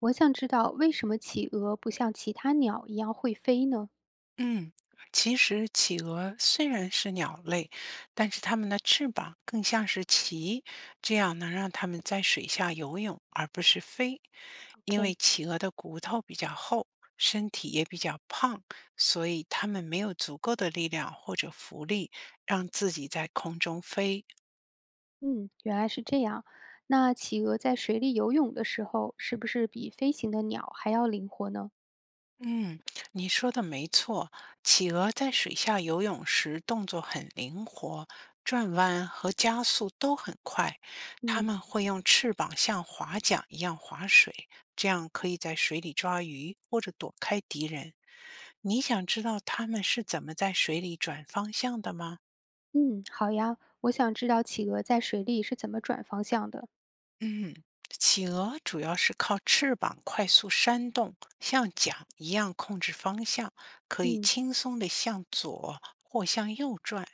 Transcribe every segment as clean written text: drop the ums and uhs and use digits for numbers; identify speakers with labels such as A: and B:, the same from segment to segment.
A: 我想知道为什么企鹅不像其他鸟一样会飞呢
B: 嗯，其实企鹅虽然是鸟类，但是它们的翅膀更像是鳍，这样能让它们在水下游泳，而不是飞。因为
A: ？OK，
B: 企鹅的骨头比较厚，身体也比较胖，所以它们没有足够的力量或者浮力让自己在空中飞。
A: 嗯，原来是这样。那企鹅在水里游泳的时候，是不是比飞行的鸟还要灵活呢？
B: 嗯，你说的没错，企鹅在水下游泳时动作很灵活，转弯和加速都很快。它
A: 嗯
B: 们会用翅膀像划桨一样划水，这样可以在水里抓鱼或者躲开敌人。你想知道它们是怎么在水里转方向的吗？
A: 嗯，好呀。我想知道企鹅在水里是怎么转方向的。
B: 嗯，企鹅主要是靠翅膀快速扇动，像桨一样控制方向，可以
A: 嗯
B: 轻松地向左或向右转。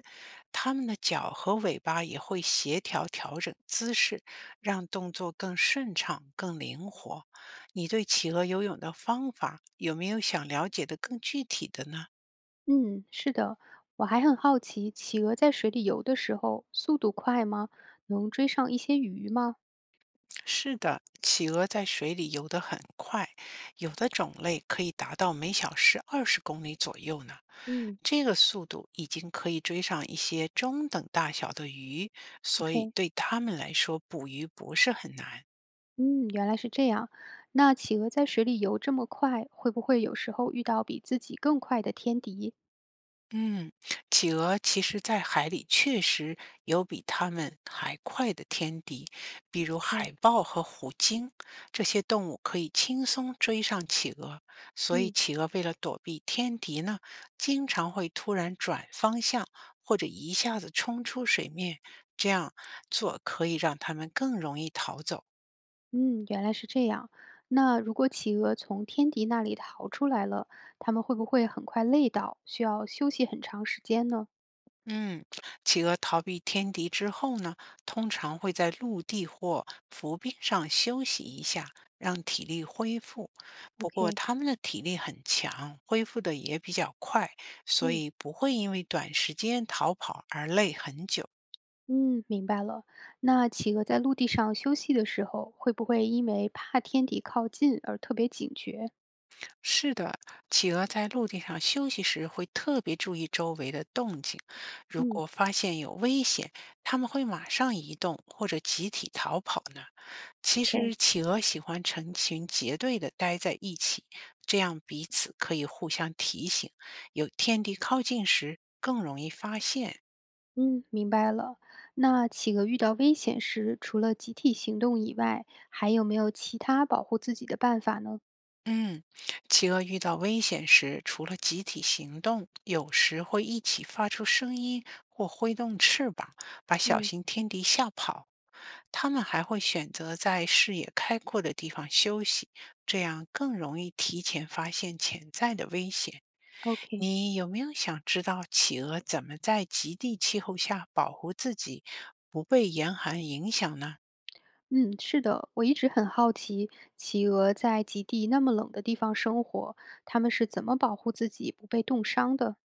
B: 它们的脚和尾巴也会协调调整姿势，让动作更顺畅、更灵活。你对企鹅游泳的方法有没有想了解的更具体的呢？
A: 嗯，是的。我还很好奇，企鹅在水里游的时候，速度快吗？能追上一些鱼吗？
B: 是的，企鹅在水里游得很快，有的种类可以达到每小时20公里左右呢。
A: 嗯
B: 这个速度已经可以追上一些中等大小的鱼，所以
A: ，OK。
B: 对它们来说，捕鱼不是很难。
A: 嗯，原来是这样。那企鹅在水里游这么快，会不会有时候遇到比自己更快的天敌？
B: 嗯，企鹅其实在海里确实有比它们还快的天敌，比如
A: ？OK，
B: 海豹和虎鲸，这些动物可以轻松追上企鹅。所以，
A: 嗯，
B: 企鹅为了躲避天敌呢，经常会突然转方向，或者一下子冲出水面。这样做可以让它们更容易逃走。
A: 嗯，原来是这样。那如果企鹅从天敌那里逃出来了，它们会不会很快累倒，需要休息很长时间呢？
B: 嗯，企鹅逃避天敌之后呢，通常会在陆地或浮冰上休息一下，让体力恢复。不过
A: OK，
B: 它们的体力很强，恢复的也比较快，所
A: 嗯
B: 以不会因为短时间逃跑而累很久。
A: 嗯，明白了。那企鹅在陆地上休息的时候，会不会因为怕天敌靠近而特别警觉？
B: 是的，企鹅在陆地上休息时会特别注意周围的动静，如
A: 嗯
B: 果发现有危险，它们会马上移动或者集体逃跑呢。其
A: ，OK。
B: 实，企鹅喜欢成群结队的待在一起，这样彼此可以互相提醒，有天敌靠近时更容易发现。
A: 嗯，明白了。那企鹅遇到危险时，除了集体行动以外，还有没有其他保护自己的办法呢？
B: 嗯，企鹅遇到危险时，除了集体行动，有时会一起发出声音或挥动翅膀，把小
A: 嗯
B: 型天敌吓跑。它们还会选择在视野开阔的地方休息，这样更容易提前发现潜在的危险。
A: ，OK，
B: 你有没有想知道企鹅怎么在极地气候下保护自己，不被严寒影响呢？
A: 嗯，是的，我一直很好奇，企鹅在极地那么冷的地方生活，它们是怎么保护自己不被冻伤的？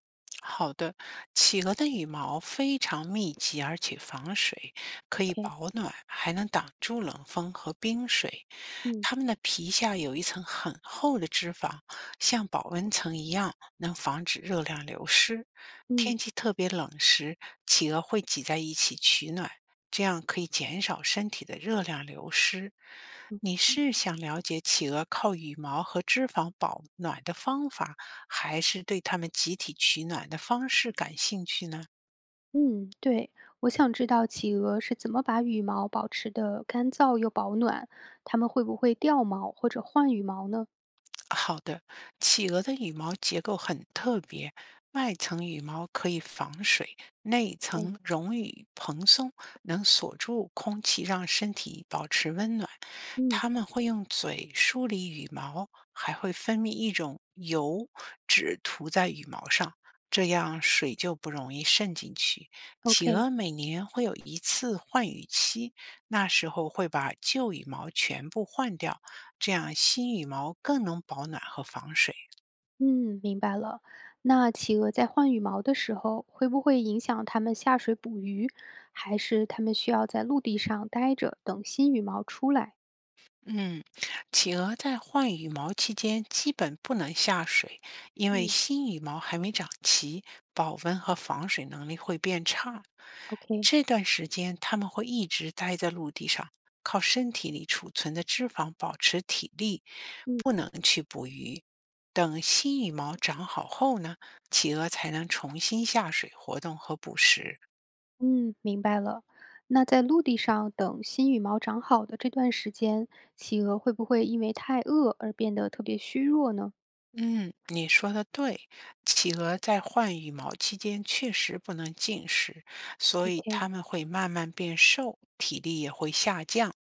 B: 好的，企鹅的羽毛非常密集，而且防水，可以
A: OK，
B: 保暖，还能挡住冷风和冰水。
A: 嗯
B: 它们的皮下有一层很厚的脂肪，像保温层一样，能防止热量流失。
A: 嗯
B: 天气特别冷时，企鹅会挤在一起取暖，这样可以减少身体的热量流失。你是想了解企鹅靠羽毛和脂肪保暖的方法，还是对他们集体取暖的方式感兴趣呢？
A: 嗯，对，我想知道企鹅是怎么把羽毛保持的干燥又保暖，它们会不会掉毛或者换羽毛呢？
B: 好的，企鹅的羽毛结构很特别，外层羽毛可以防水，内
A: 对，
B: 层绒羽蓬松，能锁住空气，让身体保持温暖。
A: 嗯
B: 它们会用嘴梳理羽毛，还会分泌一种油脂涂在羽毛上，这样水就不容易渗进去。企
A: ，OK。
B: 鹅每年会有一次换羽期，那时候会把旧羽毛全部换掉。这样新羽毛更能保暖和防水。
A: 嗯，明白了。那企鹅在换羽毛的时候，会不会影响它们下水捕鱼，还是它们需要在陆地上待着，等新羽毛出来？
B: 嗯，企鹅在换羽毛期间基本不能下水，因为
A: 嗯
B: 新羽毛还没长齐，保温和防水能力会变差。
A: ，OK，
B: 这段时间，它们会一直待在陆地上，靠身体里储存的脂肪保持体力，
A: 嗯
B: 不能去捕鱼。等新羽毛长好后呢，企鹅才能重新下水活动和捕食。
A: 嗯，明白了。那在陆地上等新羽毛长好的这段时间，企鹅会不会因为太饿而变得特别虚弱呢
B: 嗯，你说的对，企鹅在换羽毛期间确实不能进食，所以
A: ？OK，
B: 它们会慢慢变瘦，体力也会下降。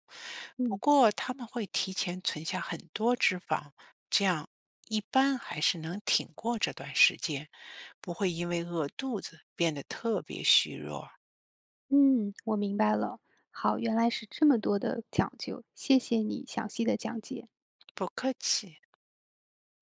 B: 不
A: 嗯
B: 过它们会提前存下很多脂肪，这样一般还是能挺过这段时间，不会因为饿肚子变得特别虚弱。
A: 嗯，我明白了。好，原来是这么多的讲究，谢谢你详细的讲解。
B: 不客气。